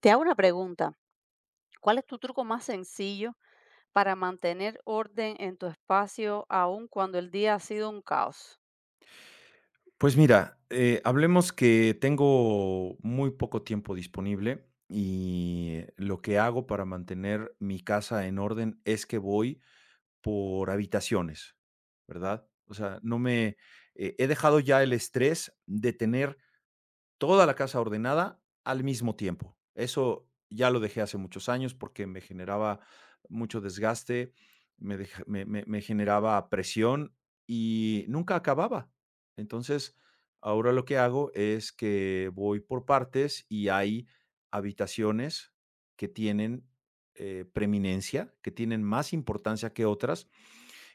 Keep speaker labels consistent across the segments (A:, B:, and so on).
A: Te hago una pregunta. ¿Cuál es tu truco más sencillo para mantener orden en tu espacio aun cuando el día ha sido un caos?
B: Pues mira, hablemos que tengo muy poco tiempo disponible, y lo que hago para mantener mi casa en orden es que voy por habitaciones, ¿verdad? O sea, no me he dejado ya el estrés de tener toda la casa ordenada al mismo tiempo. Eso ya lo dejé hace muchos años porque me generaba mucho desgaste, me, deja- me- me- me generaba presión y nunca acababa. Entonces, ahora lo que hago es que voy por partes, y hay habitaciones que tienen preeminencia, que tienen más importancia que otras,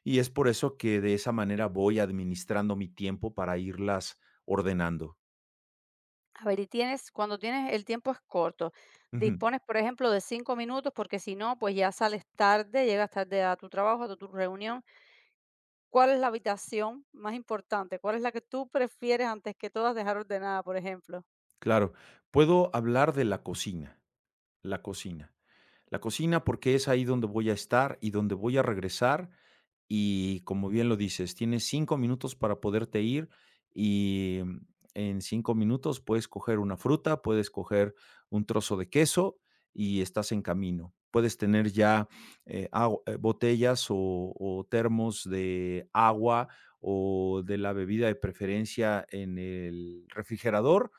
B: y es por eso que de esa manera voy administrando mi tiempo para irlas ordenando.
A: A ver, y tienes, cuando tienes el tiempo es corto,
B: Ujú.
A: dispones, por ejemplo, de 5 minutos, porque si no, pues ya sales tarde, llegas tarde a tu trabajo, a tu reunión. ¿Cuál es la habitación más importante? ¿Cuál es la que tú prefieres antes que todas dejar ordenada, por ejemplo?
B: Claro, puedo hablar de la cocina, la cocina. La cocina, porque es ahí donde voy a estar y donde voy a regresar. Y como bien lo dices, tienes 5 minutos para poderte ir, y en 5 minutos puedes coger una fruta, puedes coger un trozo de queso y estás en camino. Puedes tener ya, agu botellas o termos de agua o de la bebida de preferencia en el refrigerador,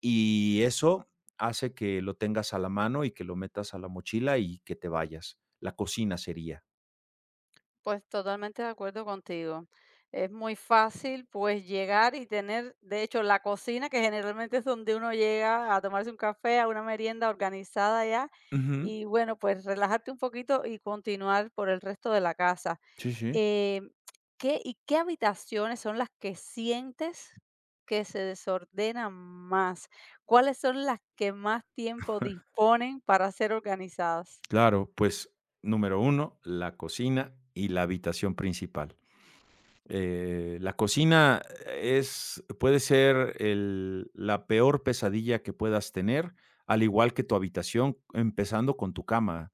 B: y eso hace que lo tengas a la mano, y que lo metas a la mochila y que te vayas. La cocina sería.
A: Pues totalmente de acuerdo contigo. Es muy fácil, pues, llegar y tener, de hecho, la cocina, que generalmente es donde uno llega a tomarse un café, a una merienda organizada ya,
B: Ujú.
A: y bueno, pues relajarte un poquito y continuar por el resto de la casa.
B: Sí, sí.
A: Eh, ¿Qué y qué habitaciones son las que sientes que se desordenan más? ¿Cuáles son las que más tiempo disponen para ser organizadas?
B: Claro, pues número uno, la cocina y la habitación principal. La cocina es, puede ser la peor pesadilla que puedas tener, al igual que tu habitación, empezando con tu cama.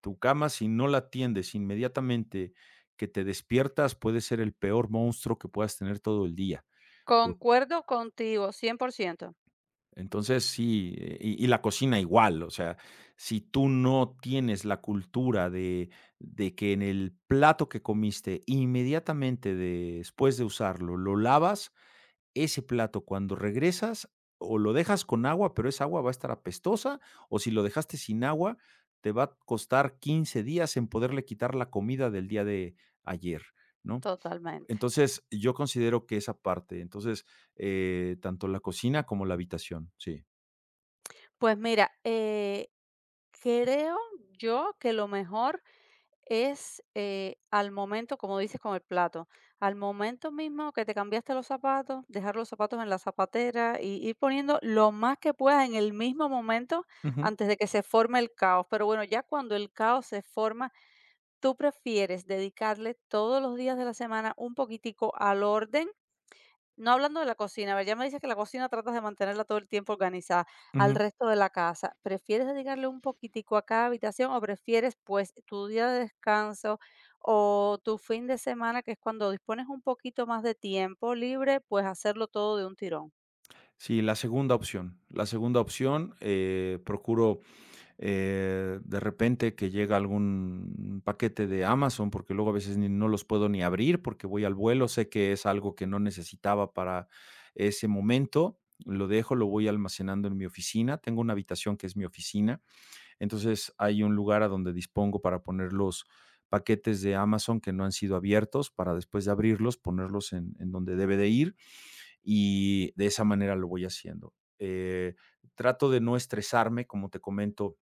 B: Tu cama, si no la atiendes inmediatamente que te despiertas, puede ser el peor monstruo que puedas tener todo el día.
A: Concuerdo contigo, 100%.
B: Entonces, sí, y la cocina igual, o sea, si tú no tienes la cultura de que en el plato que comiste, inmediatamente después de usarlo, lo lavas, ese plato cuando regresas, o lo dejas con agua, pero esa agua va a estar apestosa, o si lo dejaste sin agua, te va a costar 15 días en poderle quitar la comida del día de ayer, ¿no?
A: Totalmente.
B: Entonces, yo considero que esa parte, entonces, tanto la cocina como la habitación, sí.
A: Pues mira, creo yo que lo mejor es al momento, como dices con el plato, al momento mismo que te cambiaste los zapatos, dejar los zapatos en la zapatera y ir poniendo lo más que puedas en el mismo momento
B: Ujú,
A: antes de que se forme el caos. Pero bueno, ya cuando el caos se forma, tú prefieres dedicarle todos los días de la semana un poquitico al orden. No hablando de la cocina, a ver, ya me dices que la cocina tratas de mantenerla todo el tiempo organizada. Al
B: ujú.
A: resto de la casa, ¿prefieres dedicarle un poquitico a cada habitación o prefieres, pues, tu día de descanso o tu fin de semana, que es cuando dispones un poquito más de tiempo libre, pues hacerlo todo de un tirón?
B: Sí, la segunda opción. La segunda opción, procuro, de repente que llega algún paquete de Amazon, porque luego a veces ni no los puedo ni abrir porque voy al vuelo, sé que es algo que no necesitaba para ese momento, lo dejo, lo voy almacenando en mi oficina, tengo una habitación que es mi oficina, entonces hay un lugar a donde dispongo para poner los paquetes de Amazon que no han sido abiertos, para después de abrirlos ponerlos en donde debe de ir, y de esa manera lo voy haciendo. Trato de no estresarme, como te comento,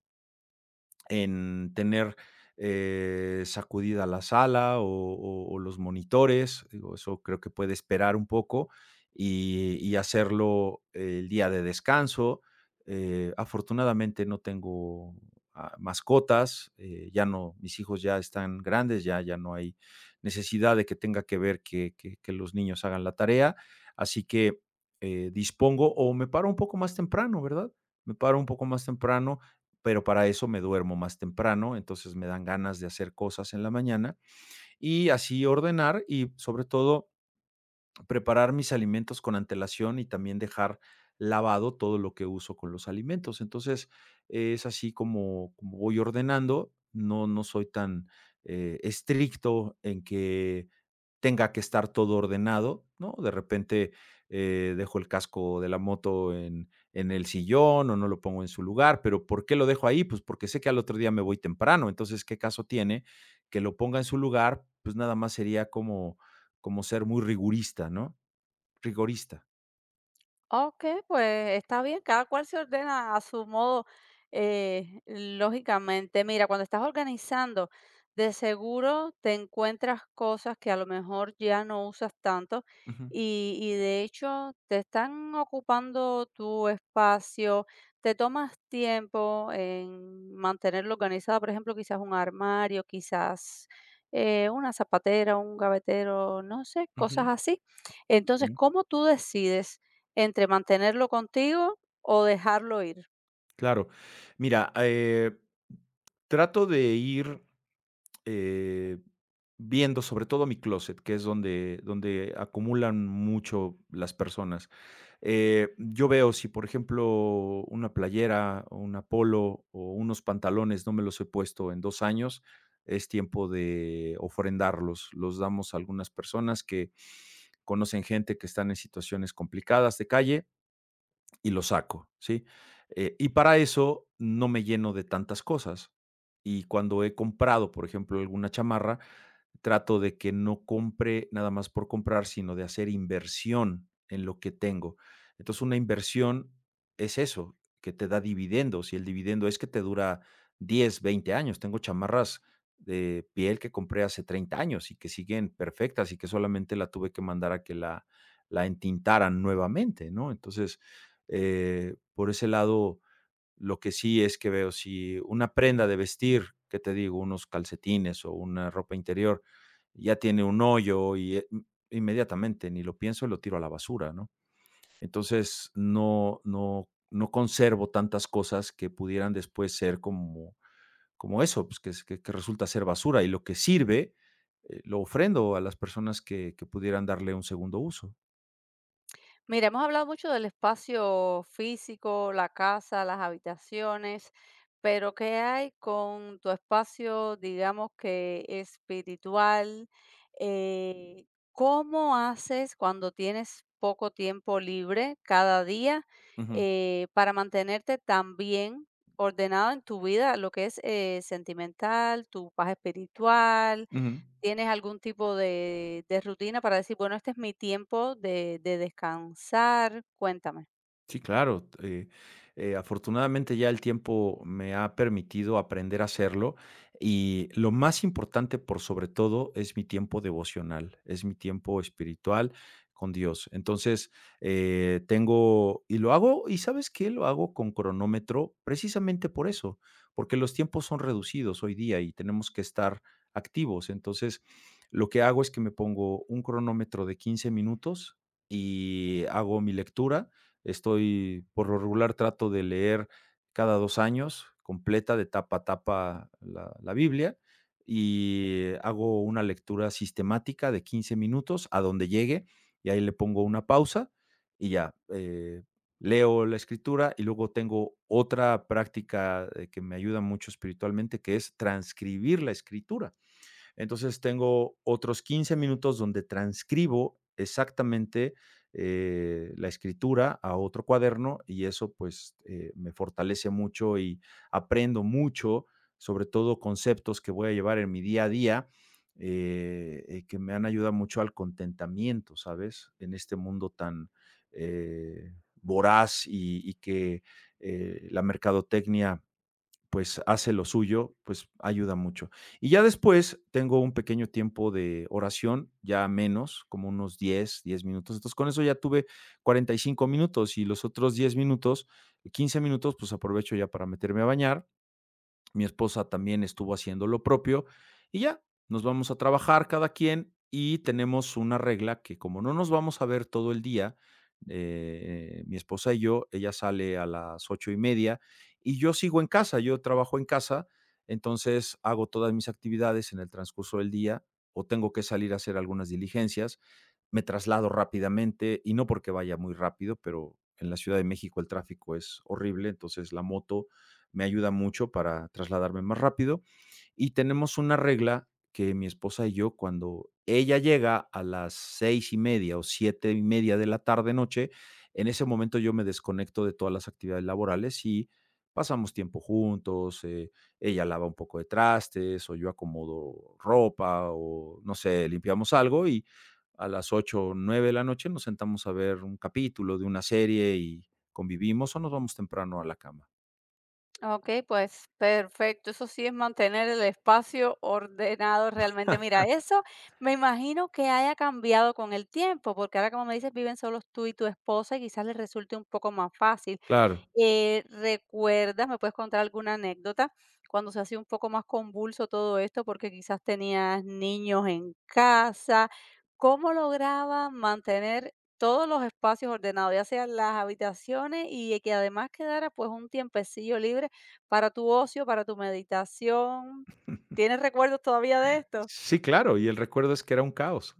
B: en tener sacudida la sala o, o los monitores. Digo, eso creo que puede esperar un poco, y hacerlo el día de descanso. Afortunadamente no tengo mascotas, ya no, mis hijos ya están grandes, ya, ya no hay necesidad de que tenga que ver que, que los niños hagan la tarea. Así que dispongo, o me paro un poco más temprano, ¿verdad? Me paro un poco más temprano, pero para eso me duermo más temprano, entonces me dan ganas de hacer cosas en la mañana y así ordenar, y sobre todo preparar mis alimentos con antelación, y también dejar lavado todo lo que uso con los alimentos. Entonces es así como, como voy ordenando, no, no soy tan estricto en que tenga que estar todo ordenado, ¿no? De repente, dejo el casco de la moto en el sillón, o no lo pongo en su lugar, pero, ¿por qué lo dejo ahí? Pues, porque sé que al otro día me voy temprano, entonces, ¿qué caso tiene que lo ponga en su lugar? Pues, nada más sería como como ser muy rigurista, ¿no? Rigorista.
A: Ok, pues está bien, cada cual se ordena a su modo, lógicamente. Mira, cuando estás organizando, de seguro te encuentras cosas que a lo mejor ya no usas tanto
B: Ujú.
A: y de hecho te están ocupando tu espacio, te tomas tiempo en mantenerlo organizado, por ejemplo, quizás un armario, quizás una zapatera, un gavetero, no sé,
B: Ujú.
A: cosas así. Entonces, ¿cómo tú decides entre mantenerlo contigo o dejarlo ir?
B: Claro. Mira, trato de ir, eh, viendo, sobre todo mi closet, que es donde acumulan mucho las personas. Yo veo si, por ejemplo, una playera, o una polo, o unos pantalones no me los he puesto en 2 años, es tiempo de ofrendarlos. Los damos a algunas personas que conocen gente que están en situaciones complicadas de calle, y lo saco, ¿sí? Y para eso no me lleno de tantas cosas. Y cuando he comprado, por ejemplo, alguna chamarra, trato de que no compre nada más por comprar, sino de hacer inversión en lo que tengo. Entonces, una inversión es eso, que te da dividendos, y el dividendo es que te dura 10 20 años. Tengo chamarras de piel que compré hace 30 años y que siguen perfectas, y que solamente la tuve que mandar a que la entintaran nuevamente, ¿no? Entonces, por ese lado, lo que sí es que veo, si una prenda de vestir, que te digo, unos calcetines o una ropa interior, ya tiene un hoyo, inmediatamente ni lo pienso y lo tiro a la basura, ¿no? Entonces, no, no, no conservo tantas cosas que pudieran después ser como, como eso, pues que, que resulta ser basura, y lo que sirve, lo ofrendo a las personas que pudieran darle un segundo uso.
A: Mira, hemos hablado mucho del espacio físico, la casa, las habitaciones, pero ¿qué hay con tu espacio, digamos que espiritual? Eh, ¿Cómo haces cuando tienes poco tiempo libre cada día
B: Ujú,
A: para mantenerte también ordenado en tu vida, lo que es sentimental, tu paz espiritual?
B: ujú.
A: ¿Tienes algún tipo de rutina para decir, bueno, este es mi tiempo de descansar? Cuéntame.
B: Sí, claro. Afortunadamente ya el tiempo me ha permitido aprender a hacerlo, y lo más importante por sobre todo es mi tiempo devocional, es mi tiempo espiritual con Dios. Entonces, tengo y lo hago, ¿y sabes qué? Lo hago con cronómetro, precisamente por eso, porque los tiempos son reducidos hoy día y tenemos que estar activos. Entonces, lo que hago es que me pongo un cronómetro de 15 minutos y hago mi lectura. Estoy, por lo regular, trato de leer cada 2 años, completa, de tapa a tapa, la Biblia, y hago una lectura sistemática de 15 minutos, a donde llegue, y ahí le pongo una pausa, y ya, leo la escritura, y luego tengo otra práctica, que me ayuda mucho espiritualmente, que es transcribir la escritura. Entonces tengo otros 15 minutos donde transcribo exactamente la escritura a otro cuaderno, y eso pues me fortalece mucho y aprendo mucho, sobre todo conceptos que voy a llevar en mi día a día, que me han ayudado mucho al contentamiento, ¿sabes? En este mundo tan eh, voraz, y que la mercadotecnia pues hace lo suyo, pues ayuda mucho. Y ya después tengo un pequeño tiempo de oración, ya menos, como unos diez minutos. Entonces con eso ya tuve 45 minutos, y los otros 10 minutos, 15 minutos, pues aprovecho ya para meterme a bañar. Mi esposa también estuvo haciendo lo propio, y ya, nos vamos a trabajar cada quien, y tenemos una regla que como no nos vamos a ver todo el día, mi esposa y yo, ella sale a las 8:30 y yo sigo en casa, yo trabajo en casa, entonces hago todas mis actividades en el transcurso del día, o tengo que salir a hacer algunas diligencias, me traslado rápidamente, y no porque vaya muy rápido, pero en la Ciudad de México el tráfico es horrible, entonces la moto me ayuda mucho para trasladarme más rápido. Y tenemos una regla que mi esposa y yo, cuando ella llega a las 6:30 o 7:30 de la tarde noche, en ese momento yo me desconecto de todas las actividades laborales, y pasamos tiempo juntos, ella lava un poco de trastes, o yo acomodo ropa, o no sé, limpiamos algo, y a las 8 o 9 de la noche nos sentamos a ver un capítulo de una serie y convivimos, o nos vamos temprano a la cama.
A: Okey, pues perfecto. Eso sí es mantener el espacio ordenado realmente. Mira, eso me imagino que haya cambiado con el tiempo, porque ahora, como me dices, viven solos tú y tu esposa y quizás les resulte un poco más fácil.
B: Claro.
A: ¿Recuerdas, me puedes contar alguna anécdota cuando se hacía un poco más convulso todo esto, porque quizás tenías niños en casa? ¿Cómo lograba mantener todos los espacios ordenados, ya sean las habitaciones y que además quedara pues un tiempecillo libre para tu ocio, para tu meditación? ¿Tienes recuerdos todavía de esto?
B: Sí, claro, y el recuerdo es que era un caos.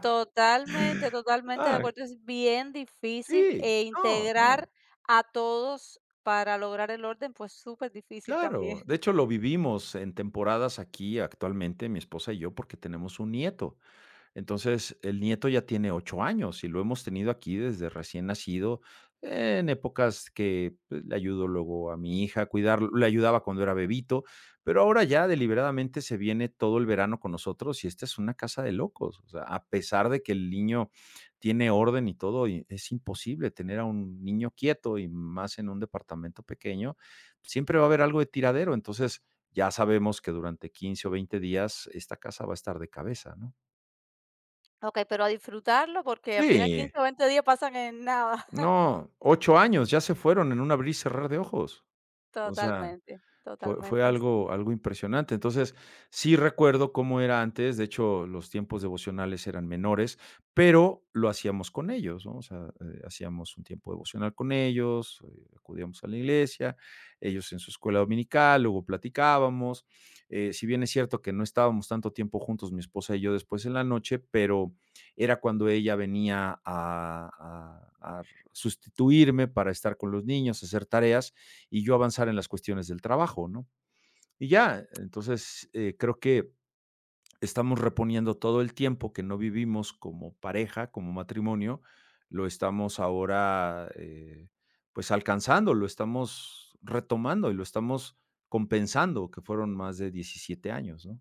A: Totalmente, totalmente de
B: Ah,
A: acuerdo. Es bien difícil,
B: sí,
A: e
B: no, no,
A: integrar a todos para lograr el orden, pues, súper difícil también.
B: claro. De hecho, lo vivimos en temporadas aquí actualmente, mi esposa y yo, porque tenemos un nieto. Entonces, el nieto ya tiene 8 años y lo hemos tenido aquí desde recién nacido, en épocas que, pues, le ayudo luego a mi hija a cuidarlo, le ayudaba cuando era bebito, pero ahora ya deliberadamente se viene todo el verano con nosotros, y esta es una casa de locos. O sea, a pesar de que el niño tiene orden y todo, y es imposible tener a un niño quieto, y más en un departamento pequeño, siempre va a haber algo de tiradero. Entonces, ya sabemos que durante 15 o 20 días esta casa va a estar de cabeza, ¿no?
A: Okey, pero a disfrutarlo porque al final
B: Sí,
A: 15 o 20 días pasan en nada.
B: no, 8 años ya se fueron en un abrir y cerrar de ojos. O sea,
A: Totalmente,
B: fue
A: totalmente así.
B: algo impresionante. Entonces, sí recuerdo cómo era antes, de hecho, los tiempos devocionales eran menores, pero lo hacíamos con ellos, ¿no? O sea, hacíamos un tiempo devocional con ellos, acudíamos a la iglesia, ellos en su escuela dominical, luego platicábamos. Si bien es cierto que no estábamos tanto tiempo juntos, mi esposa y yo después en la noche, pero era cuando ella venía a sustituirme para estar con los niños, hacer tareas, y yo avanzar en las cuestiones del trabajo, ¿no? Y ya, entonces creo que estamos reponiendo todo el tiempo que no vivimos como pareja, como matrimonio, lo estamos ahora pues alcanzando, lo estamos retomando y lo estamos compensando, que fueron más de 17 años, ¿no?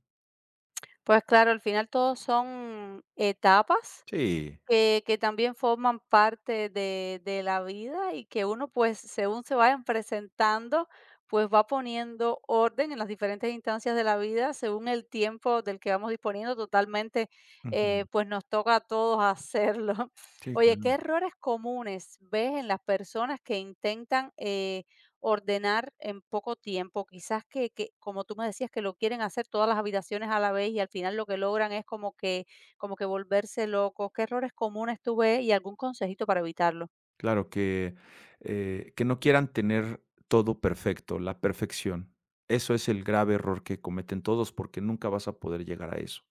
A: Pues claro, al final todos son etapas
B: Sí.
A: que también forman parte de la vida y que uno pues según se vayan presentando, pues va poniendo orden en las diferentes instancias de la vida según el tiempo del que vamos disponiendo. Totalmente,
B: Ujú.
A: pues nos toca a todos hacerlo.
B: Sí,
A: Oye, ¿qué
B: claro.
A: errores comunes ves en las personas que intentan ordenar en poco tiempo? Quizás que, como tú me decías, que lo quieren hacer todas las habitaciones a la vez y al final lo que logran es como que volverse locos. ¿Qué errores comunes tú ves y algún consejito para evitarlo?
B: Claro, que no quieran tener todo perfecto, la perfección. Eso es el grave error que cometen todos, porque nunca vas a poder llegar a eso.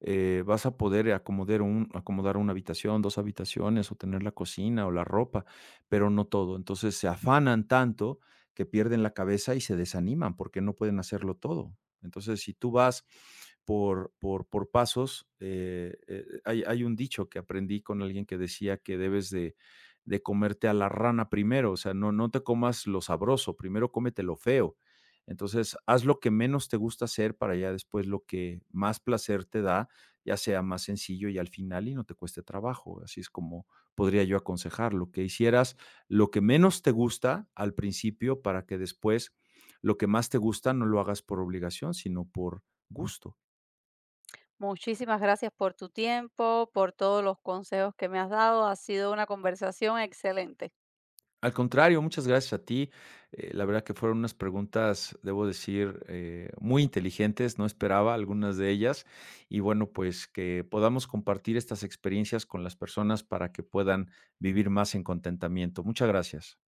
B: Vas a poder acomodar, acomodar una habitación, 2 habitaciones, o tener la cocina o la ropa, pero no todo. Entonces se afanan tanto que pierden la cabeza y se desaniman porque no pueden hacerlo todo. Entonces, si tú vas por pasos, hay, hay un dicho que aprendí con alguien que decía que debes de comerte a la rana primero, o sea, no, no te comas lo sabroso, primero cómete lo feo. Entonces, haz lo que menos te gusta hacer, para ya después lo que más placer te da ya sea más sencillo, y al final y no te cueste trabajo. Así es como podría yo aconsejarlo, que hicieras lo que menos te gusta al principio, para que después lo que más te gusta no lo hagas por obligación, sino por gusto.
A: Muchísimas gracias por tu tiempo, por todos los consejos que me has dado. Ha sido una conversación excelente.
B: Al contrario, muchas gracias a ti. La verdad que fueron unas preguntas, debo decir, muy inteligentes, no esperaba algunas de ellas. Y bueno, pues que podamos compartir estas experiencias con las personas para que puedan vivir más en contentamiento. Muchas gracias.